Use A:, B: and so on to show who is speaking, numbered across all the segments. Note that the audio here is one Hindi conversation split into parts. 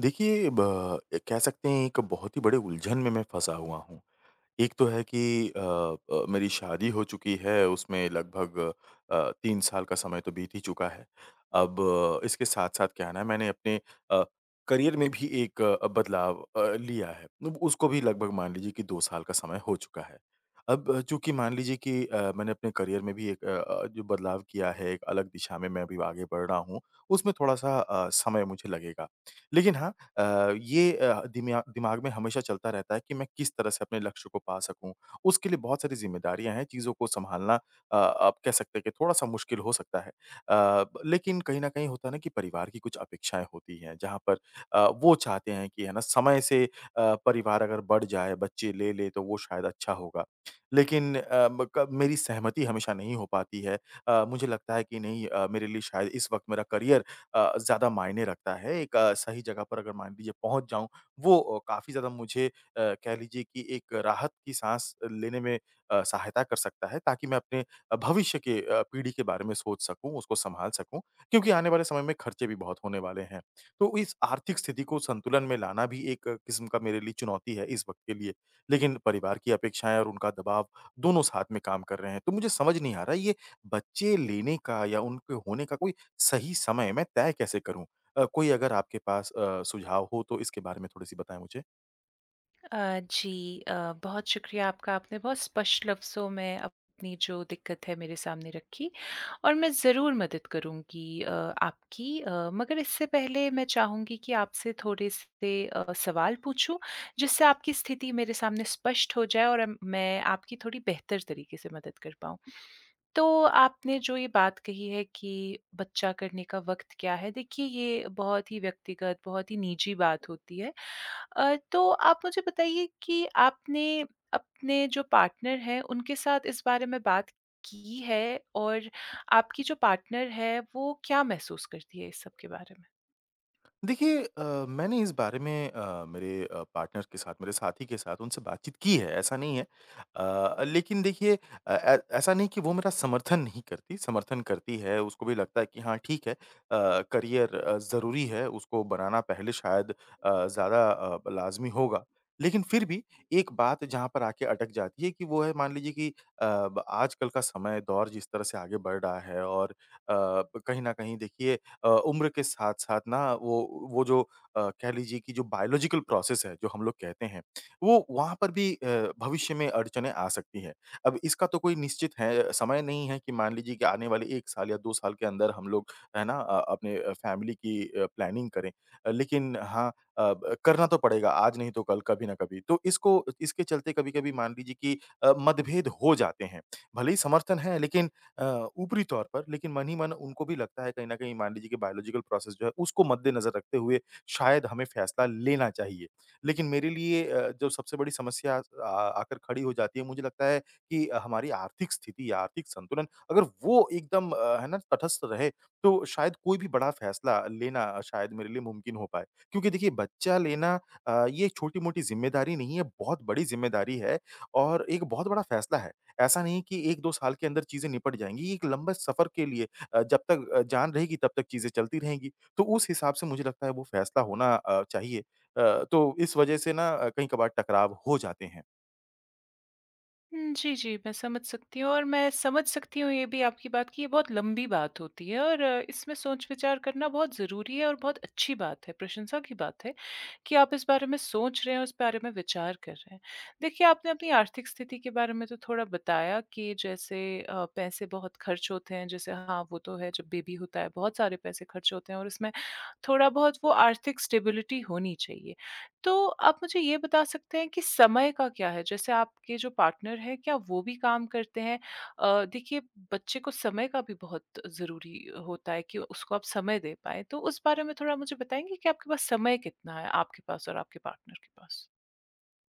A: देखिए, ब कह सकते हैं एक बहुत ही बड़े उलझन में मैं फँसा हुआ हूँ। एक तो है कि मेरी शादी हो चुकी है, उसमें लगभग 3 साल का समय तो बीत ही चुका है। अब इसके साथ-साथ क्या है ना, मैंने अपने अ, करियर में भी एक बदलाव लिया है। अब उसको भी लगभग मान लीजिए कि 2 साल का समय हो चुका है। अब चूँकि मान लीजिए कि मैंने अपने करियर में भी एक जो बदलाव किया है, एक अलग दिशा में मैं अभी आगे बढ़ रहा हूँ, उसमें थोड़ा-सा समय मुझे लगेगा। लेकिन हाँ ये दिम्या दिमाग में हमेशा चलता रहता है कि मैं किस तरह से अपने लक्ष्य को पा सकूँ। उसके लिए बहुत सारी ज़िम्मेदारियाँ हैं, चीज़ों को सँभालना आप कह सकते हैं कि थोड़ा-सा मुश्किल हो सकता है। लेकिन कहीं न कहीं होता है ना कि परिवार की कुछ अपेक्षाएँ होती हैं, जहाँ पर वो चाहते हैं कि है ना समय से परिवार अगर बढ़ जाए, बच्चे ले ले तो वो शायद अच्छा होगा। लेकिन अ, म क मेरी सहमति हमेशा नहीं हो पाती है। मुझे लगता है कि नहीं मेरे लिए शायद इस वक़्त मेरा करियर ज़्यादा मायने रखता है। एक सही जगह पर अगर मान लीजिए पहुँच जाऊँ, वो काफ़ी ज़्यादा मुझे कह लीजिए कि एक राहत की साँस लेने में सहायता कर सकता है ताकि मैं अपने भविष्य के पीढ़ी के बारे में सोच सकूँ, उसको सँभाल सकूँ क्योंकि आने वाले समय में खर्चे भी बहुत होने वाले हैं। तो इस आर्थिक स्थिति को संतुलन में लाना भी एक किस्म का मेरे लिए चुनौती है इस वक़्त के लिए। लेकिन परिवार की अपेक्षाएँ और उनका दबाव दोनों साथ में काम कर रहे हैं। तो मुझे समझ नहीं आ रहा ये बच्चे लेने का या उनके होने का कोई सही समय मैं तय कैसे करूँ? कोई अगर आपके पास सुझाव हो तो इसके बारे में थोड़ी-सी बताएँ मुझे।
B: जी, बहुत शुक्रिया आपका। आपने बहुत स्पष्ट लफ्ज़ों में अपनी जो दिक्कत है, मेरे सामने रखी, और मैं ज़रूर मदद करूँगी आपकी। मगर इससे पहले मैं चाहूँगी कि आपसे थोड़े-से सवाल पूछूँ, जिससे आपकी स्थिति मेरे सामने स्पष्ट हो जाए, और मैं आपकी थोड़ी बेहतर तरीके से मदद कर पाऊँ। तो आपने जो ये बात कही है कि बच्चा करने का वक़्त क्या है, देखिए, ये बहुत ही व्यक्तिगत, बहुत ही निजी बात होती है। तो आप मुझे बताइए कि आपने अपने जो पार्टनर हैं, उनके साथ इस बारे में बात की है, और आपकी जो पार्टनर है, वो क्या महसूस करती है इस सब के बारे में?
A: देखिए मैंने इस बारे में मेरे पार्टनर के साथ, मेरे साथी के साथ उनसे बातचीत की है, ऐसा नहीं है। लेकिन देखिए अ, ऐ ऐसा नहीं कि वो मेरा समर्थन नहीं करती, समर्थन करती है, उसको भी लगता है कि हाँ, ठीक है करियर ज़रूरी है, उसको बनाना पहले शायद ज़्यादा लाज़मी होगा। लेकिन फिर भी एक बात जहाँ पर आके अटक जाती है कि वो है मान लीजिए कि अ, ब आजकल का समय, दौर जिस तरह से आगे बढ़ रहा है और कहीं न कहीं देखिए उम्र के साथ-साथ ना वो जो कह लीजिए कि जो बायोलॉजिकल प्रोसेस है, जो हम लोग कहते हैं, वो वहाँ पर भी भविष्य में अड़चनें आ सकती हैं। अब इसका तो कोई निश्चित है समय नहीं है कि मान लीजिए कि आने वाले 1 साल या 2 साल के अंदर हम लोग, है ना? अपने फैमिली की प्लानिंग करें। लेकिन हाँ अ, ब करना तो पड़ेगा, आज नहीं तो कल, कभी ना कभी। तो इसको इसके चलते कभी-कभी मान लीजिए कि मतभेद हो जाते हैं। भले ही समर्थन है, लेकिन ऊपरी तौर पर लेकिन मन ही मन उनको भी लगता है कहीं न कहीं मान लीजिए कि बायोलॉजिकल प्रोसेस जो है उसको मद्देनज़र रखते हुए शायद हमें फैसला लेना चाहिए। लेकिन मेरे लिए जो सबसे बड़ी समस्या आ आकर खड़ी हो जाती है मुझे लगता है कि हमारी आर्थिक स्थिति या आर्थिक संतुलन अगर वो एकदम है ना तटस्थ रहे तो शायद कोई भी बड़ा फैसला लेना शायद मेरे लिए मुमकिन हो पाए। क्योंकि देखिए बच्चा लेना ये छोटी-मोटी ज़िम्मेदारी नहीं है, बहुत बड़ी ज़िम्मेदारी है और एक बहुत बड़ा फैसला है। ऐसा नहीं कि 1-2 साल के अंदर चीज़ें निपट जाएँगी, एक लंबे सफ़र के लिए जब तक जान रहेगी तब तक चीज़ें चलती रहेंगी। तो उस हिसाब से मुझे लगता है वो फैसला होना चाहिए। तो इस वज़ह से ना कहीं कभार टकराव हो जाते हैं।
B: हुँ, जी, जी, मैं समझ सकती हूँ, और मैं समझ सकती हूँ ये भी आपकी बात कि ये बहुत लंबी बात होती है, और इसमें सोच-विचार करना बहुत ज़रूरी है, और बहुत अच्छी बात है, प्रशंसा की बात है कि आप इस बारे में सोच रहे हैं, इस बारे में विचार कर रहे हैं। देखिए, आपने अपनी आर्थिक स्थिति के बारे में तो थोड़ा बताया कि जैसे पैसे बहुत खर्च होते हैं, जैसे हाँ, वो तो है, जब बेबी होता है बहुत सारे पैसे खर्च होते हैं, और उसमें थोड़ा-बहुत वो आर्थिक स्टेबिलिटी होनी चाहिए। तो आप मुझे ये बता सकते हैं कि समय का क्या है? जैसे आपके जो पार्टनर हैं, क्या वो भी काम करते हैं? देखिए, बच्चे को समय का भी बहुत ज़रूरी होता है कि उसको आप समय दे पाएँ। तो उस बारे में थोड़ा मुझे बताएँगे कि आपके पास समय कितना है, आपके पास और आपके पार्टनर के पास?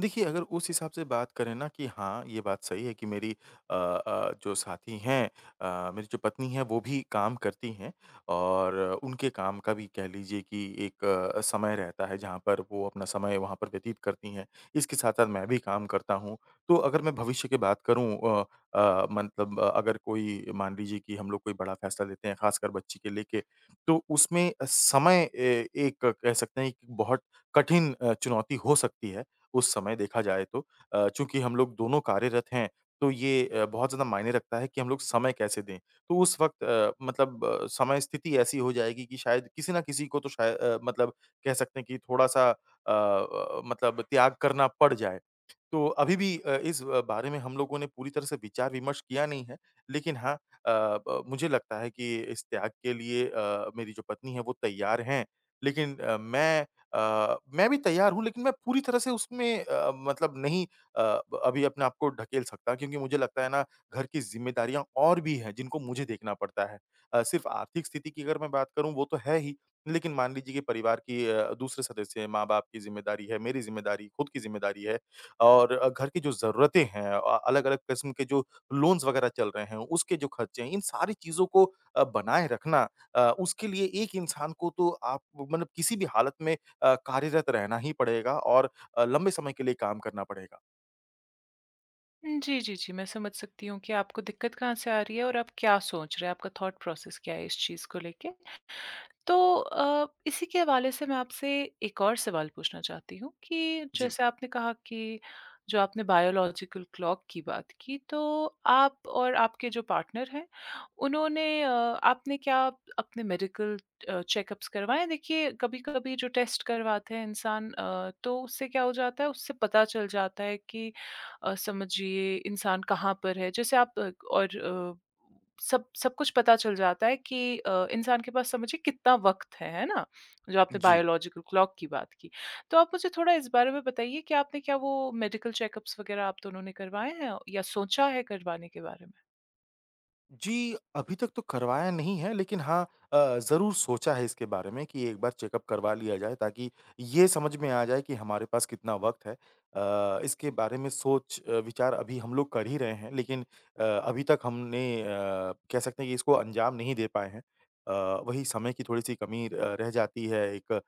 A: देखिए, अगर उस हिसाब से बात करें ना कि हाँ, ये बात सही है कि मेरी जो साथी हैं मेरी जो पत्नी है वो भी काम करती हैं और उनके काम का भी कह लीजिए कि एक समय रहता है जहाँ पर वो अपना समय वहाँ पर व्यतीत करती हैं। इसके साथ-साथ मैं भी काम करता हूँ। तो अगर मैं भविष्य की बात करूँ अ अगर कोई मान लीजिए कि हम लोग कोई बड़ा फैसला लेते हैं ख़ासकर बच्ची के लेके, तो उसमें समय ए एक कह सकते हैं कि बहुत कठिन चुनौती हो सकती है। उस समय देखा जाए तो चूँकि हम लोग दोनों कार्यरत हैं, तो ये बहुत ज़्यादा मायने रखता है कि हम लोग समय कैसे दें। तो उस वक़्त समय स्थिति ऐसी हो जाएगी कि शायद किसी न किसी को तो शाय अ, मतलब कह सकते हैं कि थोड़ा-सा त्याग करना पड़ जाए। तो अभी भी इस बारे में हम लोगों ने पूरी तरह से विचार-विमर्श किया नहीं है, लेकिन हाँ अ, ब मुझे लगता है कि इस त्याग के लिए मेरी जो पत्नी है वो तैयार हैं। लेकिन मैं भी तैयार हूँ लेकिन मैं पूरी तरह से उसमें नहीं अ, ब अभी अपने आप को ढकेल सकता क्योंकि मुझे लगता है ना घर की ज़िम्मेदारियाँ और भी हैं जिनको मुझे देखना पड़ता है। सिर्फ़ आर्थिक स्थिति की अगर मैं बात करूँ वो तो है ही, लेकिन मान लीजिए कि परिवार की दूसरे सदस्य हैं, माँ-बाप की ज़िम्मेदारी है, मेरी ज़िम्मेदारी, खुद की ज़िम्मेदारी है। और घर की जो ज़रूरतें हैं अलग-अलग किस्म के जो लोन्स वगैरह चल रहे हैं, उसके जो खर्चे हैं, इन सारी चीज़ों को बनाए रखना उसके लिए एक इंसान को तो आप मतलब किसी भी हालत में कार्यरत रहना ही पड़ेगा और लंबे समय के लिए काम करना पड़ेगा।
B: जी, जी, जी। मैं समझ सकती हूँ कि आपको दिक्कत कहाँ से आ रही है, और आप क्या सोच रहे हैं, आपका थॉट प्रोसेस क्या है इस चीज़ को लेके? तो इसी के हवाले से मैं आपसे एक और सवाल पूछना चाहती हूँ कि
A: जी।
B: जैसे आपने कहा कि जो आपने बायोलॉजिकल क्लॉक की बात की, तो आप और आपके जो पार्टनर हैं, आपने क्या अपने मेडिकल चेकअप्स करवाएँ? देखिए, कभी-कभी जो टेस्ट करवाते हैं इंसान, तो उससे क्या हो जाता है, उससे पता चल जाता है कि समझिए इंसान कहाँ पर है। जैसे आप, और और सब सब कुछ पता चल जाता है कि इंसान के पास, समझिए, कितना वक़्त है ना? जो आपने
A: जी।
B: बायोलॉजिकल क्लॉक की बात की। तो आप मुझे थोड़ा इस बारे में बताइए कि आपने क्या वो मेडिकल चेकअप्स वग़ैरह आप दोनों ने करवाए हैं, या सोचा है करवाने के बारे में?
A: जी, अभी तक तो करवाया नहीं है लेकिन हाँ ज़रूर सोचा है इसके बारे में कि एक बार चेकअप करवा लिया जाए ताकि ये समझ में आ जाए कि हमारे पास कितना वक़्त है। इसके बारे में सोच विचार अभी हम लोग कर ही रहे हैं लेकिन अभी तक हमने कह सकते हैं कि इसको अंजाम नहीं दे पाए हैं। अ, वही समय की थोड़ी-सी कमी रह जाती है एक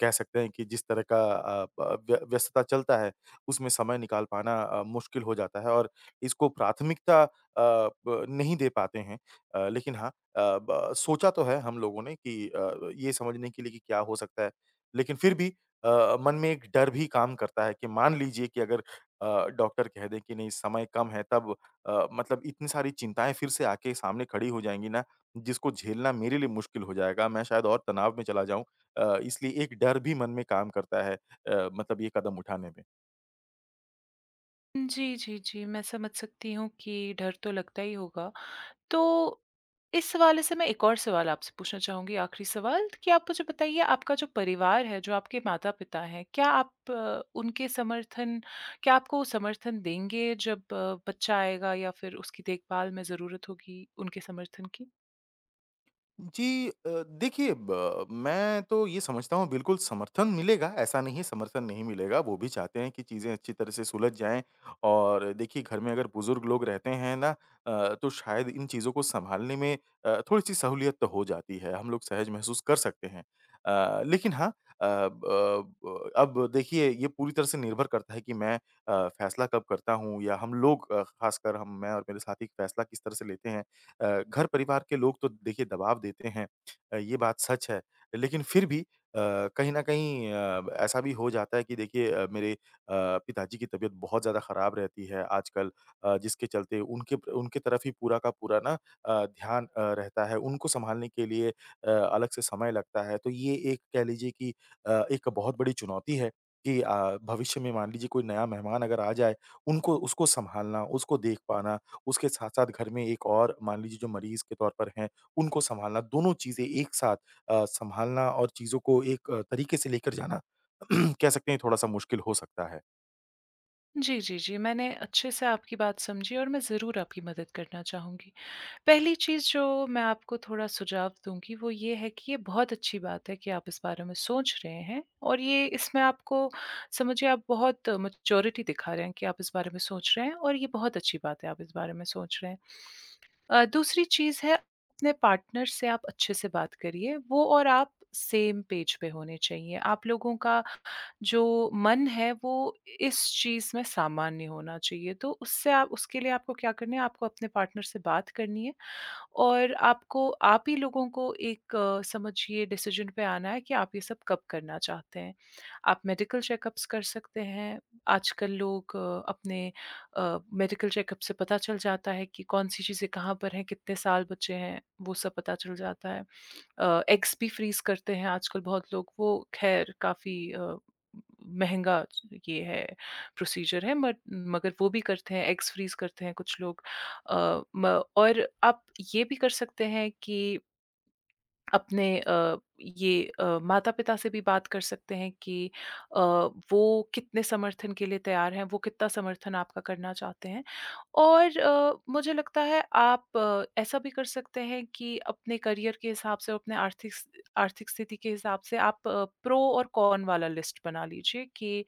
A: कह सकते हैं कि जिस तरह का अ, ब व्य व्यस्तता चलता है उसमें समय निकाल पाना मुश्किल हो जाता है और इसको प्राथमिकता अ, ब नहीं दे पाते हैं। लेकिन हाँ अ, ब सोचा तो है हम लोगों ने कि ये समझने के लिए कि क्या हो सकता है। लेकिन फिर भी मन में एक डर भी काम करता है कि मान लीजिए कि अगर डॉक्टर कह दें कि नहीं समय कम है तब इतनी सारी चिंताएँ फिर से आके सामने खड़ी हो जाएँगी ना, जिसको झेलना मेरे लिए मुश्किल हो जाएगा, मैं शायद और तनाव में चला जाऊँ। इसलिए एक डर भी मन में काम करता है ये कदम उठाने में।
B: जी, जी, जी। मैं समझ सकती हूँ कि डर तो लगता ही होगा। तो इस हवाले से मैं एक और सवाल आपसे पूछना चाहूँगी, आखिरी सवाल, कि आप मुझे बताइए, आपका जो परिवार है, जो आपके माता-पिता हैं, क्या आप अ, उनके समर्थन क्या आपको समर्थन देंगे, जब बच्चा आएगा या फिर उसकी देखभाल में ज़रूरत होगी उनके समर्थन की?
A: जी देखिए ब मैं तो ये समझता हूँ बिल्कुल समर्थन मिलेगा, ऐसा नहीं है समर्थन नहीं मिलेगा, वो भी चाहते हैं कि चीज़ें अच्छी तरह से सुलझ जाएँ और देखिए घर में अगर बुज़ुर्ग लोग रहते हैं ना तो शायद इन चीज़ों को सँभालने में थोड़ी-सी सहूलियत तो हो जाती है, हम लोग सहज महसूस कर सकते हैं। लेकिन हाँ अ, ब ब अब देखिए ये पूरी तरह से निर्भर करता है कि मैं फैसला कब करता हूँ या हम लोग ख़ासकर हम मैं और मेरे साथी फैसला किस तरह से लेते हैं। घर परिवार के लोग तो देखिए दबाव देते हैं ये बात सच है। लेकिन फिर भी कहीं न कहीं ऐसा भी हो जाता है कि देखिए मेरे पिताजी की तबीयत बहुत ज़्यादा ख़राब रहती है आजकल जिसके चलते उनके उनके तरफ ही पूरा का पूरा ना ध्यान रहता है। उनको सँभालने के लिए अलग से समय लगता है। तो ये एक कह लीजिए कि एक बहुत बड़ी चुनौती है कि भविष्य में मान लीजिए कोई नया मेहमान अगर आ जाए, उनको उसको सँभालना, उसको देख पाना उसके साथ-साथ घर में एक और मान लीजिए जो मरीज़ के तौर पर हैं, उनको सँभालना, दोनों चीज़ें एक साथ सँभालना और चीज़ों को एक तरीके से लेकर जाना कह सकते हैं थोड़ा-सा मुश्किल हो सकता है।
B: जी, जी, जी। मैंने अच्छे से आपकी बात समझी, और मैं ज़रूर आपकी मदद करना चाहूँगी। पहली चीज़ जो मैं आपको थोड़ा सुझाव दूँगी वो ये है कि ये बहुत अच्छी बात है कि आप इस बारे में सोच रहे हैं, और ये इसमें आपको, समझिए, आप बहुत मैच्योरिटी दिखा रहे हैं कि आप इस बारे में सोच रहे हैं, और ये बहुत अच्छी बात है आप इस बारे में सोच रहे हैं। दूसरी चीज़ है, अपने पार्टनर से आप अच्छे से बात करिए। वो और आप सेम पेज पे होने चाहिए। आप लोगों का जो मन है वो इस चीज़ में सामान्य होना चाहिए। तो उससे, आप उसके लिए आपको क्या करना है, आपको अपने पार्टनर से बात करनी है। और आपको, आप ही लोगों को एक समझिए डिसीजन पे आना है कि आप ये सब कब करना चाहते हैं। आप मेडिकल चेकअप्स कर सकते हैं। आजकल लोग अपने मेडिकल चेकअप से पता चल जाता है कि कौन-सी चीज़ें कहाँ पर हैं, कितने साल बचे हैं, वो सब पता चल जाता है। एग्स भी फ्रीज़ करते हैं आजकल बहुत लोग, वो ख़ैर काफ़ी महँगा ये है, प्रोसीजर है, बट मगर वो भी करते हैं, एग्स फ्रीज़ करते हैं कुछ लोग। अ, म और आप ये भी कर सकते हैं कि अपने माता-पिता से भी बात कर सकते हैं कि अ, वो कितने समर्थन के लिए तैयार हैं, वो कितना समर्थन आपका करना चाहते हैं। और मुझे लगता है आप ऐसा भी कर सकते हैं कि अपने करियर के हिसाब से और अपने आर्थिक स्थिति के हिसाब से आप प्रो और कॉन वाला लिस्ट बना लीजिए कि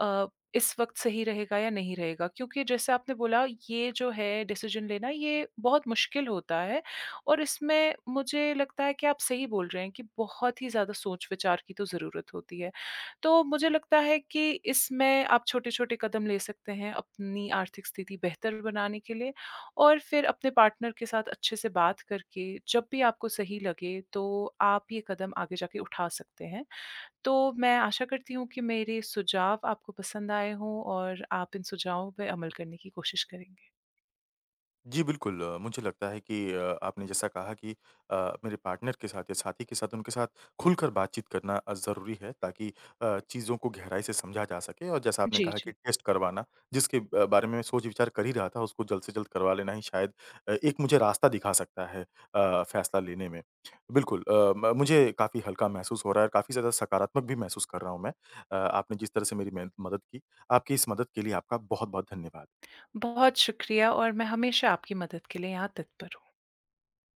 B: अ, इस वक्त सही रहेगा या नहीं रहेगा, क्योंकि जैसे आपने बोला, ये जो है डिसीजन लेना, ये बहुत मुश्किल होता है, और इसमें मुझे लगता है कि आप सही बोल रहे हैं कि बहुत ही ज़्यादा सोच विचार की तो ज़रूरत होती है। तो मुझे लगता है कि इसमें आप छोटे-छोटे कदम ले सकते हैं अपनी आर्थिक स्थिति बेहतर बनाने के लिए, और फिर अपने पार्टनर के साथ अच्छे से बात करके, जब भी आपको सही लगे, तो आप ये कदम आगे जाके उठा सकते हैं। तो मैं आशा करती हूँ कि मेरे सुझाव आपको पसंद आए हों, और आप इन सुझावों पे अमल करने की कोशिश करेंगे।
A: जी, बिल्कुल मुझे लगता है कि आपने जैसा कहा कि अ, मेरे पार्टनर के साथ या साथी के साथ, उनके साथ खुलकर बातचीत करना ज़रूरी है ताकि चीज़ों को गहराई से समझा जा सके और जैसा आपने
B: जी,
A: कहा कि
B: जी।
A: टेस्ट करवाना, जिसके बारे में मैं सोच विचार कर ही रहा था, उसको जल्द से जल्द करवा लेना ही शायद एक मुझे रास्ता दिखा सकता है फैसला लेने में। बिल्कुल अ, म मुझे काफ़ी हल्का महसूस हो रहा है और काफ़ी ज़्यादा सकारात्मक भी महसूस कर रहा हूँ मैं। आपने जिस तरह से मेरी मेहन मदद की, आपकी इस मदद के लिए आपका बहुत-बहुत धन्यवाद।
B: बहुत शुक्रिया, और मैं हमेशा आपकी मदद के लिए यहाँ तत्पर हूँ।